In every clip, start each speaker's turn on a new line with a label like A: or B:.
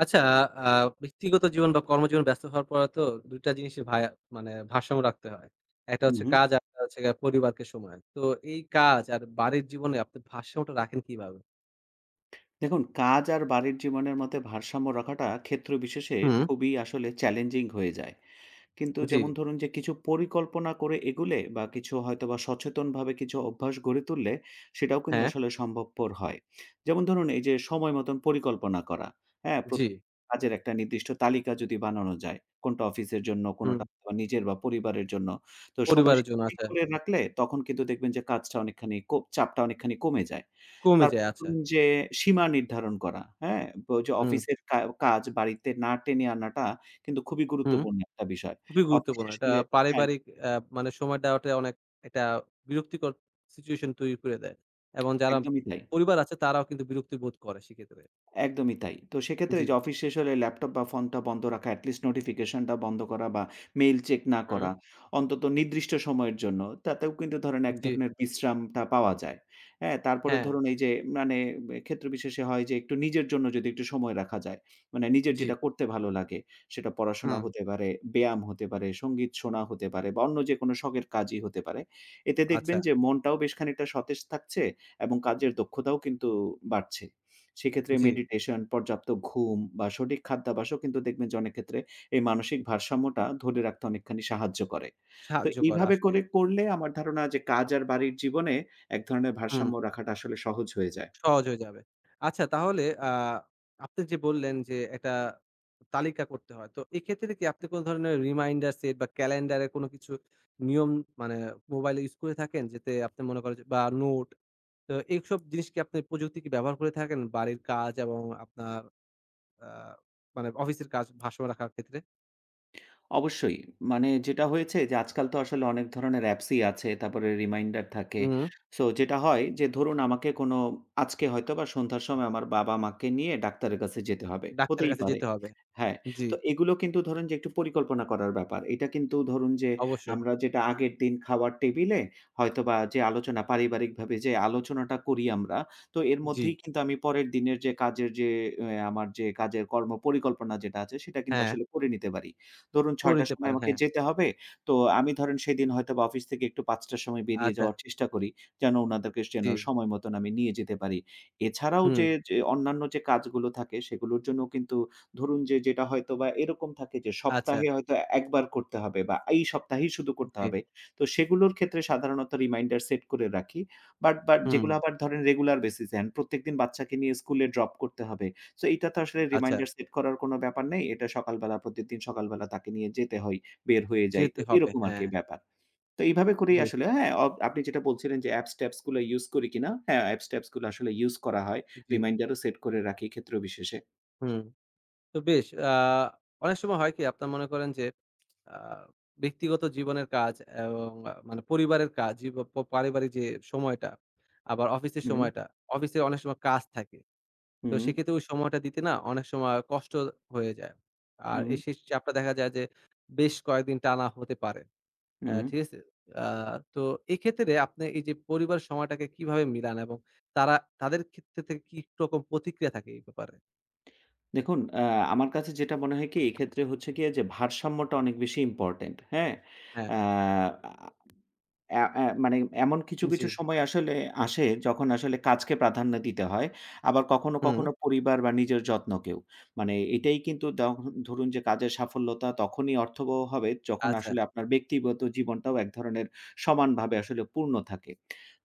A: আচ্ছা, আ ব্যক্তিগত জীবন বা কর্মজীবন ব্যস্ত হওয়ার পরে তো ২টা টা জিনিসের মানে ভারসাম্য রাখতে হয়। একটা
B: হুম,
A: হচ্ছে
B: হুম।
A: কাজ, জি। আরেকটা হচ্ছে গিয়ে পরিবারকে সময়। তো এই কাজ আর বাড়ির জীবনে আপনি ভারসাম্যটা রাখেন কিভাবে?
B: দেখুন কাজ আর বাড়ির জীবনের মধ্যে ভারসাম্য রাখাটা ক্ষেত্র বিশেষে
A: হুম,
B: খুবই আসলে চ্যালেঞ্জিং হয়ে যায়। কিন্তু
A: জি,
B: যেমন ধরুন যে কিছু পরিকল্পনা করে এগুলে বা কিছু হয়তোবা সচেতনভাবে কিছু অভ্যাস গড়ে তুললে সেটাও কিন্তু
A: হ্যাঁ,
B: আসলে সম্ভবপর হয়। যেমন ধরুন এই যে সময় মতন পরিকল্পনা করা, হ্যাঁ?
A: জি,
B: কাজের একটা নির্দিষ্ট তালিকা যদি বানানো যায়, কোনটা অফিসের জন্য,
A: হুম।
B: কোনটা হয়তোবা নিজের বা পরিবারের জন্য। তো
A: পরিবারের
B: সময়সীমা
A: জন্য
B: ঠিক
A: আচ্ছা,
B: করে রাখলে তখন কিন্তু দেখবেন যে কাজটা অনেকখানি কো চাপটা অনেকখানি কমে যায়।
A: কমে
B: তারপর
A: যায় আচ্ছা।
B: ধরুন যে সীমা নির্ধারণ করা, হ্যাঁ? ব যে
A: হুম,
B: অফিসের কা কাজ বাড়িতে না টেনে আনাটা কিন্তু খুবই
A: হুম,
B: গুরুত্বপূর্ণ একটা বিষয়।
A: খুবই
B: অফিস
A: গুরুত্বপূর্ণ।
B: শেষ
A: এটা
B: হলে হ্যাঁ,
A: পারিবারিক আ মানে সময় দেওয়াটা অনেক একটা বিরক্তিকর সিচুয়েশন তৈরি করে দেয়। এবং যারা
B: একদমই তাই।
A: পরিবার আছে তারাও কিন্তু বিরক্তি বোধ করে সেক্ষেত্রে।
B: একদমই তাই। তো সেক্ষেত্রে
A: জি,
B: এই যে অফিস শেষ হলে ল্যাপটপ বা ফোনটা বন্ধ রাখা, at least নোটিফিকেশনটা বন্ধ করা বা মেইল চেক না
A: হুম,
B: করা, অন্তত নির্দিষ্ট সময়ের জন্য, তাতেও কিন্তু ধরেন এক
A: জি,
B: ধরনের বিশ্রামটা পাওয়া যায়। হ্যাঁ? তারপরে
A: হ্যাঁ,
B: ধরুন এই যে মানে এ ক্ষেত্র বিশেষে হয় যে একটু নিজের জন্য যদি একটু সময় রাখা যায়, মানে নিজের
A: জি।
B: যেটা করতে ভালো লাগে, সেটা পড়াশোনা
A: হুম,
B: হতে পারে, ব্যায়াম হতে পারে, সঙ্গীত শোনা হতে পারে বা অন্য যেকোনো শখের কাজই হতে পারে। এতে
A: আচ্ছা,
B: দেখবেন যে মনটাও বেশ খানিকটা সতেজ থাকছে এবং কাজের দক্ষতাও কিন্তু বাড়ছে। সেক্ষেত্রে
A: জি,
B: মেডিটেশন, পর্যাপ্ত ঘুম বা সঠিক খাদ্যাভ্যাসও কিন্তু দেখবেন যে অনেক ক্ষেত্রে এই মানসিক ভারসাম্যটা ধরে রাখতে অনেকখানি সাহায্য করে। তো
A: সাহায্য করে
B: এইভাবে
A: আসলে।
B: করে করলে আমার ধারণা যে কাজ আর বাড়ির জীবনে এক ধরনের
A: হুম,
B: ভারসাম্য রাখাটা আসলে সহজ হয়ে যায়।
A: সহজ হয়ে যাবে। আচ্ছা তাহলে আপনি যে বললেন যে একটা তালিকা করতে হয়। তো এক্ষেত্রে কি আপনি কোন ধরনের রিমাইন্ডার সেট বা ক্যালেন্ডারে কোন কিছু নিয়ম মানে মোবাইলে ইউজ করে থাকেন? যাতে আপনি মনে করেন যে বা তো এইসব জিনিস কি আপনি প্রযুক্তি কি ব্যবহার করে থাকেন বাড়ির কাজ এবং আপনার আ মানে অফিসের কাজ ভারসাম্য রাখার ক্ষেত্রে?
B: অবশ্যই। মানে যেটা হয়েছে যে আজকাল তো আসলে অনেক ধরনের অ্যাপসই আছে, তারপরে রিমাইন্ডার থাকে।
A: হুম,
B: সো যেটা হয় যে ধরুন আমাকে কোনো আজকে হয়তো বা সন্ধ্যার সময় আমার বাবা-মাকে নিয়ে ডাক্তারের কাছে যেতে হবে।
A: ডাক্তারের
B: হতেই
A: কাছে
B: পারে।
A: যেতে হবে।
B: হ্যাঁ,
A: জি,
B: তো এগুলো কিন্তু ধরুন যে একটু পরিকল্পনা করার ব্যাপার। এটা কিন্তু ধরুন যে
A: অবশ্যই।
B: আমরা যেটা আগের দিন খাওয়ার টেবিলে হয়তোবা যে আলোচনা পারিবারিকভাবে যে আলোচনাটা করি আমরা, তো এর
A: জি,
B: মধ্যেই কিন্তু আমি পরের দিনের যে কাজের যে অ্যা আমার যে কাজের কর্ম পরিকল্পনা যেটা আছে সেটা কিন্তু
A: হ্যাঁ,
B: আসলে করে নিতে পারি। ধরুন
A: করে
B: ৬ঃ০০ টার
A: নিতে
B: সময়
A: পারেন।
B: আমাকে
A: হ্যাঁ,
B: যেতে হবে। তো আমি ধরেন সেদিন হয়তোবা অফিস থেকে একটু ৫ঃ০০ টার সময় বেরিয়ে
A: আচ্ছা।
B: যাওয়ার চেষ্টা করি। যেন উনাদেরকে যেন
A: জি,
B: সময় মতন আমি নিয়ে যেতে পারি। এছাড়াও
A: হুম,
B: যে অন্যান্য যে কাজগুলো থাকে সেগুলোর জন্যও কিন্তু ধরুন যে যেটা হয়তোবা এরকম থাকে যে
A: আচ্ছা,
B: সপ্তাহে হয়তো ১ বার করতে হবে বা এই সপ্তাহেই শুধু করতে
A: জি,
B: হবে। তো সেগুলোর ক্ষেত্রে সাধারণত রিমাইন্ডার সেট করে রাখি। বাট
A: হুম,
B: যেগুলো আবার ধরেন রেগুলার বেসিস এ এন্ড প্রত্যেকদিন বাচ্চাকে নিয়ে স্কুলে ড্রপ করতে হবে। সো এইটা তো আসলে
A: আচ্ছা,
B: রিমাইন্ডার সেট করার কোনো ব্যাপার নেই। এটা প্রত্যেকদিন সকালবেলা তাকে নিয়ে যেতে হয়, বের হয়ে যাই।
A: যেতে
B: তো
A: হবে,
B: এরকম আরকি
A: হ্যাঁ,
B: ব্যাপার। তো এইভাবে করেই
A: বেশ,
B: আসলে হ্যাঁ, আপনি যেটা বলছিলেন যে অ্যাপস ট্যাপস গুলো ইউস করি কিনা? হ্যাঁ, অ্যাপস ট্যাপস গুলো আসলে ইউস করা হয়।
A: জি,
B: রিমাইন্ডারও সেট করে রাখি ক্ষেত্র বিশেষে।
A: হুম। তো বেশ অনেক সময় হয় কি আপনার মনে করেন যে আ ব্যক্তিগত জীবনের কাজ এবং মানে পরিবারের কাজ, জীব প পারিবারিক যে সময়টা, আবার অফিসের
B: হুম,
A: সময়টা, অফিসে অনেক সময় কাজ থাকে। তো
B: হুম।
A: সেক্ষেত্রে ওই সময়টা দিতে না অনেক সময় কষ্ট হয়ে যায়। আর
B: হুম,
A: এই শেষ চাপটা দেখা যায় যে বেশ কয়েকদিন টানা হতে পারে।
B: হুম।
A: ঠিক আছে? আ তো এক্ষেত্রে আপনি এই যে পরিবার সময়টাকে কিভাবে মিলান এবং তারা তাদের ক্ষেত্রে থেকে কি রকম প্রতিক্রিয়া থাকে এই ব্যাপারে?
B: দেখুন আমার কাছে যেটা মনে হয় কি এক্ষেত্রে হচ্ছে গিয়ে যে ভারসাম্যটা অনেক বেশি ইম্পোর্টেন্ট। হ্যাঁ?
A: হ্যাঁ,
B: আ অ্যা অ্যা মানে এমন কিছু,
A: জি,
B: কিছু সময় আসলে আসে যখন আসলে কাজকে প্রাধান্য দিতে হয়। আবার কখনো,
A: হুম,
B: কখনো পরিবার বা নিজের যত্নকেও। মানে এটাই কিন্তু দখ ধরুন যে কাজের সাফল্যতা তখনই অর্থবহ হবে যখন
A: আচ্ছা,
B: আসলে আপনার ব্যক্তিগত জীবনটাও এক ধরনের সমানভাবে আসলে পূর্ণ থাকে।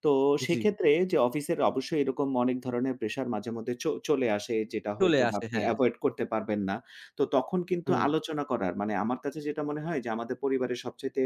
B: তো
A: জি,
B: সেক্ষেত্রে যে অফিসের অবশ্যই এরকম অনেক ধরনের প্রেশার মাঝে মধ্যে চলে আসে যেটা
A: চলে
B: হয়তোবা
A: আসে,
B: আপনি
A: হ্যাঁ,
B: এভয়েড করতে পারবেন না। তো তখন কিন্তু
A: হুম,
B: আলোচনা করার মানে আমার কাছে যেটা মনে হয় যে আমাদের পরিবারের সবচাইতে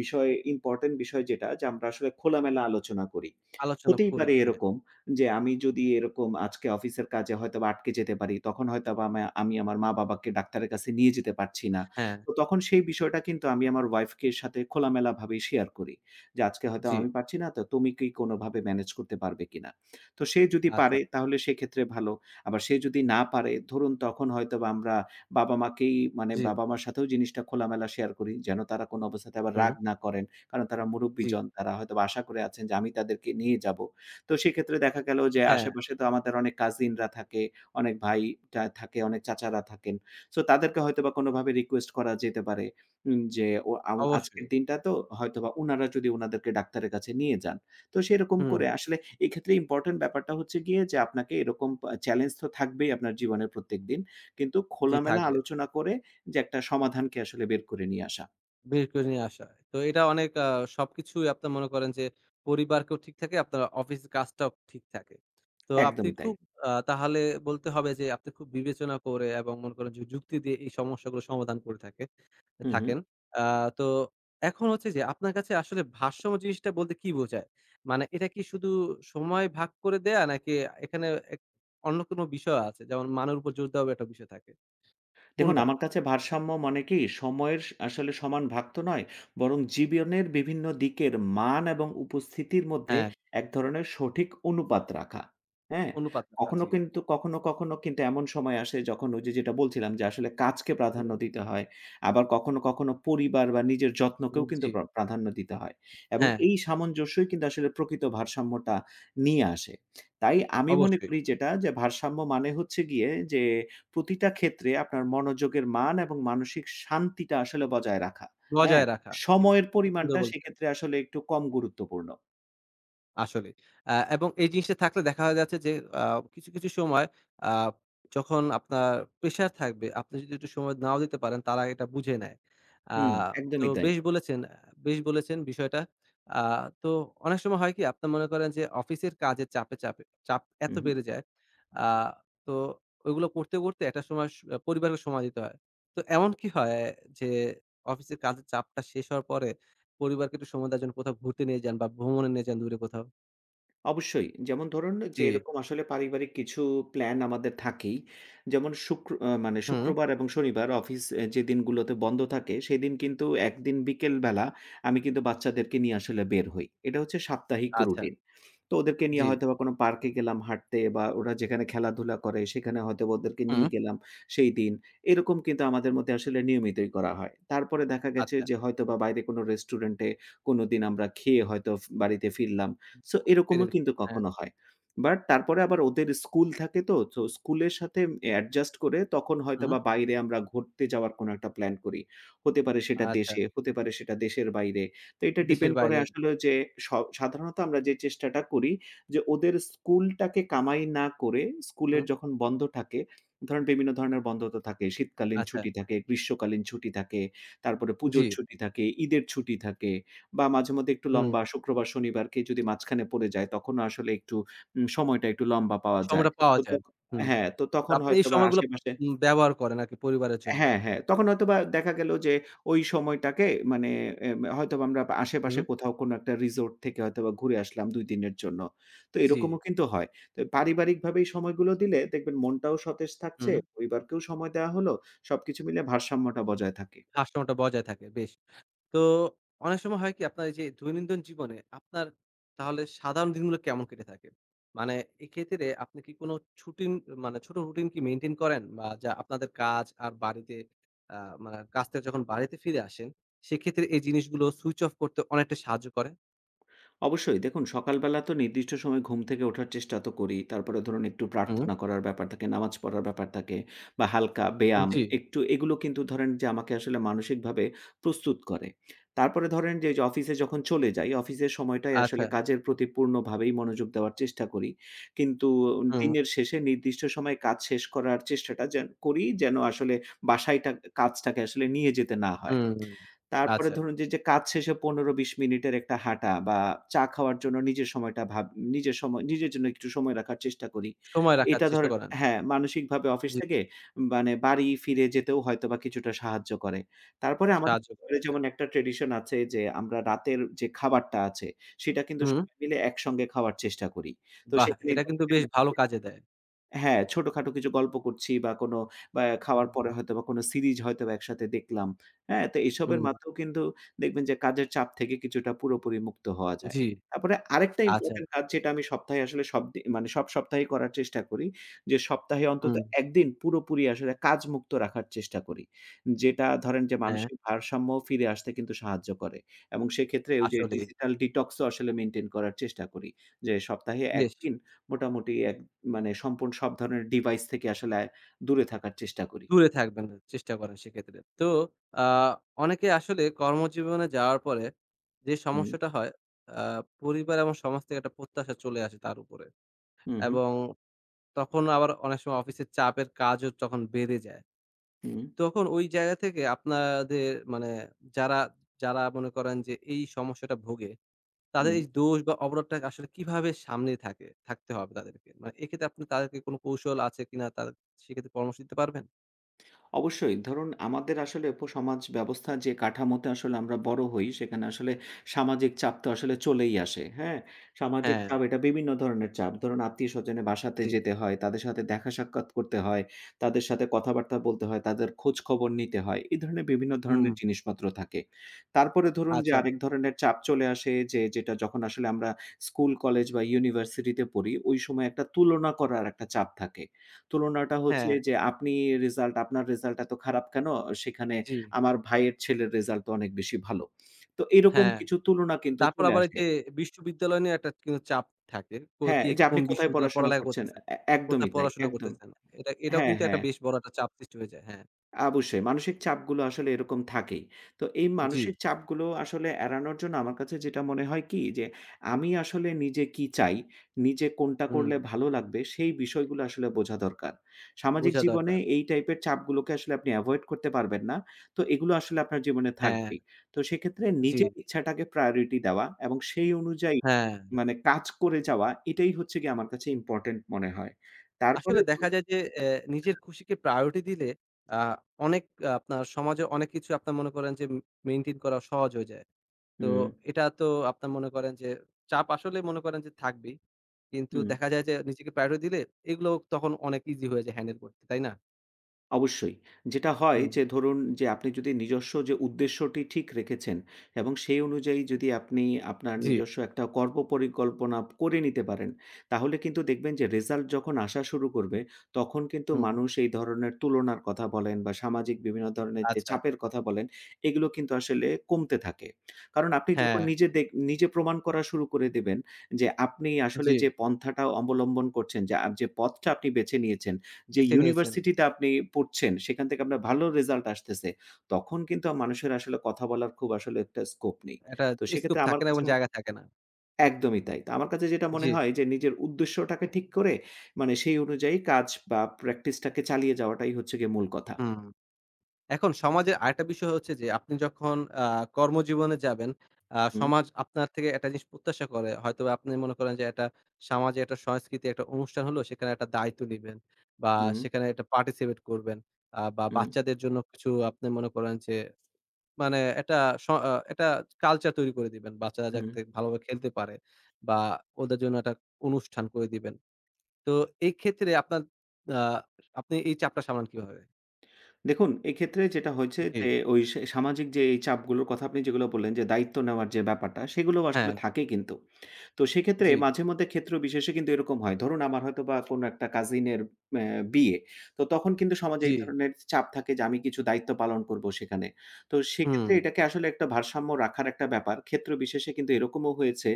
B: ইম্পোর্টেন্ট বিষয় যেটা যে আমরা আসলে খোলামেলা আলোচনা করি।
A: আলোচনা
B: হতেই
A: করি,
B: পারে
A: হ্যাঁ,
B: এরকম যে আমি যদি এরকম আজকে অফিসের কাজে হয়তোবা আটকে যেতে পারি, তখন হয়তোবা আমি আমার মা-বাবাকে ডাক্তারের কাছে নিয়ে যেতে পারছি না।
A: হ্যাঁ,
B: তো তখন সেই বিষয়টা কিন্তু আমি আমার ওয়াইফকে সাথে খোলামেলাভাবে শেয়ার করি। যে আজকে হয়তো
A: জি,
B: আমি পারছি না, তো তুমি কি কোনোভাবে ম্যানেজ করতে পারবে কিনা? তো সে যদি
A: আচ্ছা,
B: পারে তাহলে সেক্ষেত্রে ভালো। আবার সে যদি না পারে ধরুন তখন হয়তোবা আমরা বাবা-মাকেই মানে
A: জি,
B: বাবা-মার সাথেও জিনিসটা খোলামেলা শেয়ার করি। যেন তারা কোনো অবস্থাতে আবার
A: হুম,
B: রাগ না করেন। কারণ তারা
A: জি,
B: মুরুব্বিজন। তারা হয়তোবা আশা করে আছেন যে আমি তাদেরকে নিয়ে যাবো। তো সেক্ষেত্রে দেখা গেল যে
A: হ্যাঁ,
B: আশেপাশে তো আমাদের অনেক কাজিনরা থাকে, অনেক ভাই টা থাকে, অনেক চাচারা থাকেন। সো তাদেরকে হয়তোবা কোনোভাবে রিকোয়েস্ট করা যেতে পারে উম যে ও আউ
A: অবশ্যই,
B: আজকের দিনটা তো হয়তোবা উনারা যদি উনাদেরকে ডাক্তারের কাছে নিয়ে যান। তো সেরকম
A: হুম,
B: করে আসলে এক্ষেত্রে ইম্পোর্টেন্ট ব্যাপারটা হচ্ছে গিয়ে যে আপনাকে এরকম পা চ্যালেঞ্জ তো থাকবেই আপনার জীবনে প্রত্যেকদিন। কিন্তু
A: জি
B: খোলামেলা
A: থাকবে।
B: আলোচনা করে যে একটা সমাধানকে আসলে বের করে নিয়ে আসা।
A: বের করে নিয়ে আসা। তো এটা অনেক সবকিছুই আপনার মনে করেন যে পরিবারকেও ঠিক থাকে, আপনার অফিস কাজটাও ঠিক থাকে। তো আপনি
B: একদমই তাই।
A: খুব তাহলে বলতে হবে যে আপনি খুব বিবেচনা করে এবং মনে করেন যে যুক্তি দিয়ে এই সমস্যাগুলো সমাধান করে থাকে
B: হু, হু।
A: থাকেন। আ তো এখন হচ্ছে যে আপনার কাছে আসলে ভারসাম্য জিনিসটা বলতে কি বোঝায়? মানে এটা কি শুধু সময় ভাগ করে দেয়া নাকি এখানে এক অন্য কোনো বিষয় আছে? যেমন মানের উপর জোর দেওয়ারও একটা বিষয় থাকে।
B: দেখুন
A: কোনটা?
B: আমার কাছে ভারসাম্য মানে কি সময়ের স আসলে সমান ভাগ তো নয়, বরং জীবনের বিভিন্ন দিকের মান এবং উপস্থিতির মধ্যে
A: হ্যাঁ,
B: এক ধরনের সঠিক অনুপাত রাখা। হ্যাঁ?
A: অনুপাত রাখা। জি।
B: কখনো কিন্তু এমন সময় আসে যখন ওই যে যেটা বলছিলাম যে আসলে কাজকে প্রাধান্য
A: হুম,
B: দিতে হয়। আবার কখনো পরিবার বা নিজের
A: হুম,
B: যত্নকেও কিন্তু
A: জি।
B: প্রাধান্য দিতে হয়। এবং
A: হ্যাঁ।
B: এই সামঞ্জস্যই কিন্তু আসলে প্রকৃত ভারসাম্যটা নিয়ে আসে। তাই আমি মনে
A: অবশ্যই।
B: করি যেটা যে ভারসাম্য মানে হচ্ছে গিয়ে যে প্রতিটা ক্ষেত্রে আপনার মনোযোগের মান এবং মানসিক শান্তিটা আসলে বজায় রাখা। হ্যাঁ?
A: বজায় রাখা। জি,
B: সময়ের
A: খুব সুন্দর
B: পরিমাণটা
A: বলেছেন।
B: সেক্ষেত্রে আসলে একটু কম গুরুত্বপূর্ণ।
A: আসলেই। এবং এই জিনিসটা থাকলে দেখা যাচ্ছে যে আ কিছু, কিছু সময় আ যখন আপনার প্রেশার থাকবে, আপনি যদি একটু সময় নাও দিতে পারেন, তারা এটা বুঝে নেয়। আ
B: হুম,
A: তো
B: একদমই তাই।
A: বেশ বলেছেন বেশ বলেছেন বিষয়টা। আ তো অনেক সময় হয় কি? আপনি মনে করেন যে অফিসের কাজের চাপে চাপ
B: হু,
A: এত
B: হু।
A: বেড়ে যায়। আ তো ওইগুলো করতে, করতে একটা সময় পরিবারকে সময় দিতে হয়। তো এমন কি হয় যে অফিসের কাজের চাপটা শেষ হওয়ার পরে পরিবারকে একটু সময় দেওয়ার জন্য কোথাও ঘুরতে নিয়ে যান বা ভ্রমণে নিয়ে যান দূরে কোথাও।
B: অবশ্যই। যেমন ধরুন
A: জি।
B: যে এরকম আসলে পারিবারিক কিছু প্ল্যান আমাদের থাকেই। যেমন শুক্র আ মানে
A: হুম।
B: শুক্রবার এবং শনিবার অফিস এ যে দিনগুলোতে বন্ধ থাকে, সেদিন কিন্তু একদিন বিকেল বেলা আমি কিন্তু বাচ্চাদেরকে নিয়ে আসলে বের হই। এটা হচ্ছে সাপ্তাহিক
A: আচ্ছা।
B: রুটিন। তো ওদেরকে নিয়ে
A: জি।
B: হয়তোবা কোনো পার্কে গেলাম হাঁটতে বা ওরা যেখানে খেলাধুলা করে সেখানে হয়তোবা ওদেরকে
A: হুম।
B: নিয়ে গেলাম সেই দিন। এরকম কিন্তু আমাদের মধ্যে আসলে নিয়মিতই করা হয়। তারপরে দেখা গেছে
A: আচ্ছা।
B: যে হয়তোবা বাইরে কোনো রেস্টুরেন্টে কোনোদিন আমরা খেয়ে হয়তো বাড়িতে ফিরলাম। সো এরকমও
A: পেরেছি।
B: কিন্তু
A: হ্যাঁ।
B: কখনো হয়। তারপরে আবার ওদের স্কুল থাকে তো, তো স্কুলের সাথে অ্যাডজাস্ট করে তখন
A: হুম।
B: হয়তোবা বাইরে আমরা ঘুরতে যাওয়ার কোনো একটা প্ল্যান করি। হতে পারে সেটা
A: আচ্ছা।
B: দেশে, হতে পারে সেটা দেশের বাইরে। তো এটা
A: দেশের
B: ডিপেন্ড করে
A: বাইরে।
B: আসলে যে স সাধারণত আমরা যে চেষ্টাটা করি যে ওদের স্কুলটাকে কামাই না করে স্কুলের
A: হুম।
B: যখন বন্ধ থাকে, ধরেন বিভিন্ন ধরনের বন্ধ তো থাকে। শীতকালীন
A: আচ্ছা।
B: ছুটি থাকে, গ্রীষ্মকালীন ছুটি থাকে, তারপরে
A: জি।
B: পুজোর ছুটি থাকে, ঈদের ছুটি থাকে বা মাঝেমধ্যে একটু
A: হুম।
B: লম্বা শুক্রবার, শনিবারকে যদি মাঝখানে পড়ে যায় তখনও আসলে একটু সময়টা একটু লম্বা পাওয়া যায়।
A: সময়টা পাওয়া
B: তো
A: যায়।
B: তখ
A: হুম।
B: তো
A: তো
B: তখন
A: আপনি এই
B: হয়তোবা
A: সময়গুলো
B: আশেপাশে
A: ব্যবহার করেন আরকি পরিবারের জন্য।
B: হ্যাঁ, হ্যাঁ। তখন হয়তোবা দেখা গেল যে ওই সময়টাকে মানে এম হয়তোবা আমরা
A: হুম।
B: আশেপাশে কোথাও কোনো একটা রিসোর্ট থেকে হয়তোবা ঘুরে আসলাম ২ দিনের জন্য। তো
A: জি।
B: এরকমও কিন্তু হয়। তো পারিবারিকভাবে এই সময়গুলো দিলে দেখবেন মনটাও সতেজ থাকছে,
A: হুম।
B: পরিবারকেও সময় দেওয়া হলো। সবকিছু মিলে ভারসাম্যটা বজায় থাকে।
A: ভারসাম্যটা বজায় থাকে। বেশ। তো অনেক সময় হয় কি আপনার এই যে দৈনন্দিন জীবনে আপনার তাহলে সাধারণ দিনগুলো কেমন কেটে থাকে? মানে এক্ষেত্রে আপনি কি কোনো ছুটিন মানে ছোট রুটিন কি মেইনটেইন করেন? বা যা আপনাদের কাজ আর বাড়িতে আ মানে কাজ থেকে যখন বাড়িতে ফিরে আসেন, সেক্ষেত্রে এই জিনিসগুলো সুইচ অফ করতে অনেকটা সাহায্য করে?
B: অবশ্যই দেখুন সকালবেলা তো নির্দিষ্ট সময় ঘুম থেকে ওঠার চেষ্টা তো করি। তারপরে ধরুন একটু
A: হুম,
B: প্রার্থনা করার ব্যাপার থাকে, নামাজ পড়ার ব্যাপার থাকে বা হালকা ব্যায়াম
A: জি,
B: একটু এগুলো কিন্তু ধরেন যে আমাকে আসলে মানসিকভাবে প্রস্তুত করে। তারপরে ধরেন যে এইযে অফিসে যখন চলে যাই, অফিসের সময়টাই
A: আচ্ছা।
B: আসলে কাজের প্রতি পূর্ণভাবেই মনোযোগ দেওয়ার চেষ্টা করি। কিন্তু
A: হুম,
B: দিনের শেষে নির্দিষ্ট সময়ে কাজ শেষ করার চেষ্টাটা যেন করি যেন আসলে বাসায় টা কাজটাকে আসলে নিয়ে যেতে না হয়।
A: হুম,
B: তারপরে
A: আচ্ছা।
B: ধরুন যে কাজ শেষে ১৫-২০ মিনিটের একটা হাঁটা বা চা খাওয়ার জন্য নিজের সময় নিজের জন্য একটু সময় রাখার চেষ্টা করি।
A: সময় রাখার
B: এটা
A: চেষ্টা
B: ধরেন
A: করেন।
B: হ্যাঁ, মানসিকভাবে অফিস
A: জি,
B: থেকে মানে বাড়ি ফিরে যেতেও হয়তোবা কিছুটা সাহায্য করে। তারপরে আমাদের
A: সাহায্য করে,
B: পরিবারে
A: আচ্ছা।
B: যেমন একটা ট্র্যাডিশন আছে যে, আমরা রাতের যে খাবারটা আছে, সেটা কিন্তু
A: হুম,
B: সবাই মিলে একসঙ্গে খাওয়ার চেষ্টা করি। তো
A: বাহ!
B: সেখানেই
A: এটা
B: দেখা
A: কিন্তু বেশ
B: গেল
A: ভালো
B: যে
A: কাজে দেয়।
B: হ্যাঁ, ছোটখাটো কিছু গল্প করছি বা কোনো বা
A: হুম,
B: খাওয়ার পরে হয়তোবা কোনো সিরিজ হয়তোবা একসাথে দেখলাম। হ্যাঁ? তো এসবের
A: হুম,
B: মাধ্যমেও কিন্তু দেখবেন যে কাজের চাপ থেকে কিছুটা পুরোপুরি মুক্ত হওয়া যায়।
A: জি,
B: তারপরে আরেকটা
A: আচ্ছা।
B: ইম্পোর্টেন্ট কাজ যেটা আমি সপ্তাহে আসলে সব দি মানে সব সপ্তাহেই করার চেষ্টা করি। যে সপ্তাহে অন্তত
A: হুম,
B: ১ দিন পুরোপুরি আসলে কাজমুক্ত রাখার চেষ্টা করি। যেটা ধরেন যে
A: হ্যাঁ।
B: মানসিক ভারসাম্য ফিরে আসতে কিন্তু সাহায্য করে। এবং সেক্ষেত্রে ওই যে
A: আসলেই
B: ডিজিটাল ডিটক্স ও আসলে মেইনটেইন করার চেষ্টা করি। যে সপ্তাহে ১
A: বেশ
B: দিন মোটামুটি এক মানে সম্পূর্ণ সব ধরনের ডিভাইস থেকে আসলে দূরে থাকার চেষ্টা করি।
A: দূরে থাকবেন, চেষ্টা করেন সেক্ষেত্রে। তো আ অনেকে আসলে কর্মজীবনে যাওয়ার পরে যে
B: হুম,
A: সমস্যাটা হয় আ পরিবার এবং সমাজ থেকে একটা প্রত্যাশা চলে আসে তার উপরে।
B: হু, হু,
A: এবং তখন আবার অনেক সময় অফিসের চাপের কাজও তখন বেড়ে যায়।
B: হুম,
A: তখন ওই জায়গা থেকে আপনাদের মানে যারা, যারা মনে করেন যে এই সমস্যাটা ভোগে,
B: হু।
A: তাদের এই দোষ বা অবরোধটা আসলে কিভাবে সামনে থাকে থাকতে হবে তাদেরকে? মানে এক্ষেত্রে আপনি তাদেরকে কোনো কৌশল আছে কিনা তাদের সেক্ষেত্রে পরামর্শ দিতে পারবেন?
B: অবশ্যই। ধরুন আমাদের আসলে উপসমাজ ব্যবস্থা যে কাঠামোতে আসলে আমরা বড় হই, সেখানে আসলে সামাজিক চাপ তো আসলে চলেই আসে। হ্যাঁ? সামাজিক
A: হ্যাঁ।
B: চাপ এটা বিভিন্ন ধরনের চাপ। ধরুন আত্মীয়স্বজনের বাসাতে
A: জি,
B: যেতে হয়, তাদের সাথে দেখা সাক্ষাৎ করতে হয়, তাদের সাথে কথাবার্তা বলতে হয়, তাদের খোঁজ খবর নিতে হয়। এই ধরনের বিভিন্ন
A: হুম,
B: ধরনের জিনিসপত্র থাকে। তারপরে ধরুন যে
A: আচ্ছা।
B: আরেক ধরনের চাপ চলে আসে যে যেটা যখন আসলে আমরা স্কুল, কলেজ বা ইউনিভার্সিটিতে পড়ি, ওই সময় একটা তুলনা করার একটা চাপ থাকে। তুলনাটা হচ্ছে
A: হ্যাঁ,
B: যে আপনি আপনার রেজাল্ট এত খারাপ কেন? সেখানে
A: জি,
B: আমার ভাইয়ের ছেলের রেজাল্ট তো অনেক বেশি ভালো। তো এরকম
A: হ্যাঁ।
B: কিছু তুলনা কিন্তু
A: তারপর
B: চলে
A: আবার এই
B: আসে।
A: যে বিশ্ববিদ্যালয় নিয়ে একটা কিন্তু চাপ থাকে। কো
B: হ্যাঁ,
A: কে
B: যে আপনি
A: কোন
B: কোথায়
A: বিশ্ববিদ্যালয়ে
B: পড়াশোনা
A: পড়ালেখা
B: করছেন?
A: করতেছে, কোথায়
B: একদমই তাই,
A: পড়াশোনা
B: একদম।
A: করতেছেন। এটা এটাও
B: হ্যাঁ,
A: কিন্তু একটা
B: হ্যাঁ।
A: বেশ বড় একটা চাপ সৃষ্টি হয়ে যায়। হ্যাঁ,
B: অবশ্যই মানসিক চাপগুলো আসলে এরকম থাকেই। তো এই
A: জি,
B: মানসিক চাপগুলো আসলে এড়ানোর জন্য আমার কাছে যেটা মনে হয় কি যে, আমি আসলে নিজে কি চাই, নিজে কোনটা
A: হুম,
B: করলে ভালো লাগবে সেই বিষয়গুলো আসলে বোঝা দরকার। সামাজিক
A: বোঝা
B: জীবনে
A: দরকার।
B: এই টাইপের চাপগুলোকে আসলে আপনি এভয়েড করতে পারবেন না। তো এগুলো আসলে আপনার জীবনে
A: হ্যাঁ,
B: থাকবেই। তো সেক্ষেত্রে
A: জি,
B: নিজের ইচ্ছাটাকে প্রায়োরিটি দেওয়া এবং সেই অনুযায়ী
A: হ্যাঁ।
B: মানে কাজ করে যাওয়া এটাই হচ্ছে গিয়ে আমার কাছে ইম্পোর্টেন্ট মনে হয়। তারপরে
A: আসলে দেখা যায় যে নিজের খুশিকে প্রায়োরিটি দিলে আ অনেক আপনার সমাজে অনেক কিছু আপনার মনে করেন যে মেইনটেইন করা সহজ হয়ে যায়। তো
B: হুম,
A: এটা তো আপনার মনে করেন যে চাপ আসলে মনে করেন যে থাকবেই। কিন্তু
B: হুম।
A: দেখা যায় যে নিজেকে প্রায়োরিটি দিলে এগুলো তখন অনেক ইজি হয়ে যায় হ্যান্ডেল করতে, তাই না?
B: অবশ্যই। যেটা হয়
A: হুম।
B: যে ধরুন যে আপনি যদি নিজস্ব যে উদ্দেশ্যটি ঠিক রেখেছেন এবং সেই অনুযায়ী যদি আপনি আপনার
A: জি।
B: নিজস্ব একটা কর্ম পরিকল্পনা করে নিতে পারেন, তাহলে কিন্তু দেখবেন যে রেজাল্ট যখন আসা শুরু করবে, তখন কিন্তু
A: হুম।
B: মানুষ এই ধরনের তুলনার কথা বলেন বা সামাজিক বিভিন্ন ধরনের যে
A: আচ্ছা।
B: চাপের কথা বলেন, এগুলো কিন্তু আসলে কমতে থাকে। কারণ আপনি যখন
A: হ্যাঁ,
B: নিজে প্রমাণ করা শুরু করে দেবেন যে আপনি আসলে
A: জি,
B: যে পন্থাটা অবলম্বন করছেন, যে পথটা আপনি বেছে নিয়েছেন যে
A: বেছে নিয়েছেন।
B: ইউনিভার্সিটিতে আপনি পড়ছেন, সেখান থেকে আপনার ভালো রেজাল্ট আসতেছে। তখন কিন্তু মানুষের আসলে কথা বলার খুব আসলে একটা স্কোপ নেই।
A: একটা
B: তো
A: স্কোপ
B: সেক্ষেত্রে আমার
A: থাকে না এবং
B: কাছে ম
A: জায়গা থাকে না।
B: একদমই তাই। তো আমার কাছে যেটা
A: জি,
B: মনে হয় যে নিজের উদ্দেশ্যটাকে ঠিক করে মানে সেই অনুযায়ী কাজ বা প্র্যাকটিসটাকে চালিয়ে যাওয়াটাই হচ্ছে গিয়ে মূল কথা।
A: হুম। এখন সমাজের আরেকটা বিষয় হচ্ছে যে আপনি যখন আ কর্মজীবনে যাবেন,
B: হুম,
A: সমাজ আপনার থেকে একটা জিনিস প্রত্যাশা করে। হয়তোবা আপনি মনে করেন যে একটা সমাজে একটা সংস্কৃতি একটা অনুষ্ঠান হলো সেখানে একটা দায়িত্ব নিবেন বা
B: হুম,
A: সেখানে একটা পার্টিসিপেট করবেন। বা
B: হুম,
A: বাচ্চাদের জন্য কিছু আপনি মনে করেন যে মানে একটা স আ একটা কালচার তৈরি করে দিবেন। বাচ্চারা
B: হুম।
A: যাতে ভালোভাবে খেলতে পারে বা ওদের জন্য একটা অনুষ্ঠান করে দিবেন। তো এই ক্ষেত্রে আপনার আ আপনি এই চাপটা সামলান কিভাবে?
B: দেখুন এক্ষেত্রে যেটা হয়েছে
A: জি।
B: যে ওই সে সামাজিক যে এই চাপগুলোর কথা আপনি যেগুলো বললেন যে দায়িত্ব নেওয়ার যে ব্যাপারটা সেগুলোও
A: হ্যাঁ,
B: আসলে থাকে কিন্তু। তো সেক্ষেত্রে
A: জি,
B: মাঝে মধ্যে ক্ষেত্র বিশেষে কিন্তু এরকম হয়। ধরুন আমার হয়তোবা কোনো একটা কাজিনের অ্যা বিয়ে। তো তখন কিন্তু সমাজে
A: জি।
B: এই ধরনের চাপ থাকে যে আমি কিছু দায়িত্ব পালন করব সেখানে। তো
A: হুম,
B: সেক্ষেত্রে এটাকে আসলে একটা ভারসাম্য রাখার একটা ব্যাপার। ক্ষেত্র বিশেষে কিন্তু এরকমও হয়েছে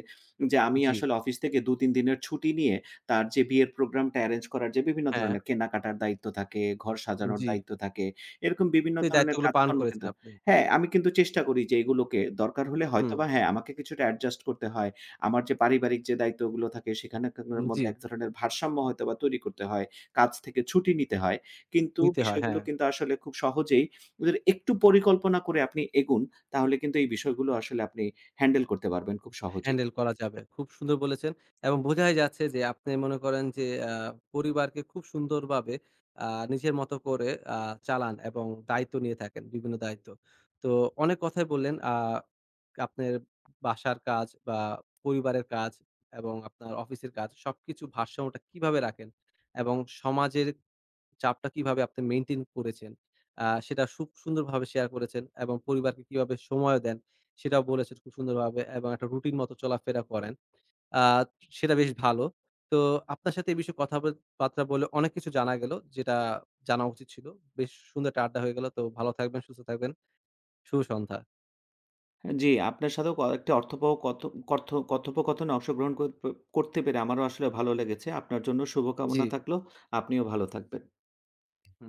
B: যে আমি
A: জি,
B: আসলে অফিস থেকে ২-৩ দিনের ছুটি নিয়ে তার যে বিয়ের প্রোগ্রামটা এরেঞ্জ করার যে বিভিন্ন
A: হ্যাঁ,
B: ধরনের কেনাকাটার দায়িত্ব থাকে, ঘর সাজানোর
A: জি।
B: দায়িত্ব থাকে। এরকম বিভিন্ন
A: সেই
B: ধরনের
A: দায়িত্বগুলো পালন
B: কাজকর্ম
A: করেছেন
B: কিন্তু
A: আপনি।
B: হ্যাঁ, আমি কিন্তু চেষ্টা করি যে এগুলোকে দরকার হলে
A: হুম,
B: হয়তোবা হ্যাঁ, আমাকে কিছুটা অ্যাডজাস্ট করতে হয়। আমার যে পারিবারিক যে দায়িত্বগুলো থাকে সেখানের
A: জি,
B: মধ্যে এক ধরনের ভারসাম্য হয়তোবা তৈরি করতে হয়। কাজ থেকে ছুটি নিতে হয়। কিন্তু
A: নিতে হয়,
B: বিষয়গুলো
A: হ্যাঁ।
B: কিন্তু আসলে খুব সহজেই ওদের একটু পরিকল্পনা করে আপনি এগুন, তাহলে কিন্তু এই বিষয়গুলো আসলে আপনি হ্যান্ডেল করতে পারবেন খুব সহজেই।
A: হ্যান্ডেল করা যাবে। খুব সুন্দর বলেছেন এবং বোঝাই যাচ্ছে যে আপনি মনে করেন যে আ পরিবারকে খুব সুন্দরভাবে আ নিজের মতো করে আ চালান এবং দায়িত্ব নিয়ে থাকেন, বিভিন্ন দায়িত্ব। তো অনেক কথাই বললেন আপনার বাসার কাজ বা পরিবারের কাজ এবং আপনার অফিসের কাজ সবকিছু ভারসাম্যটা কিভাবে রাখেন এবং সমাজের চাপটা কিভাবে আপনি মেইনটেইন করেছেন, সেটা সুন্দরভাবে শেয়ার করেছেন এবং পরিবারকে কিভাবে সময় দেন, সেটাও বলেছেন খুব সুন্দরভাবে এবং একটা রুটিন মতো চলাফেরা করেন। আ সেটা বেশ ভালো। তো আপনার সাথে এই বিষয়ে কথা বার্তা বলে অনেক কিছু জানা গেল, যেটা জানা উচিত ছিল। বেশ সুন্দর একটা আড্ডা হয়ে গেল। তো ভালো থাকবেন, সুস্থ থাকবেন। শুভ সন্ধ্যা।
B: জি, আপনার সাথেও কয়েকটি অর্থবহ কথ কথ কথোপকথনে অংশগ্রহণ কর করতে পেরে আমারও আসলে ভালো লেগেছে। আপনার জন্য
A: জি।
B: শুভকামনা থাকলো। আপনিও ভালো থাকবেন।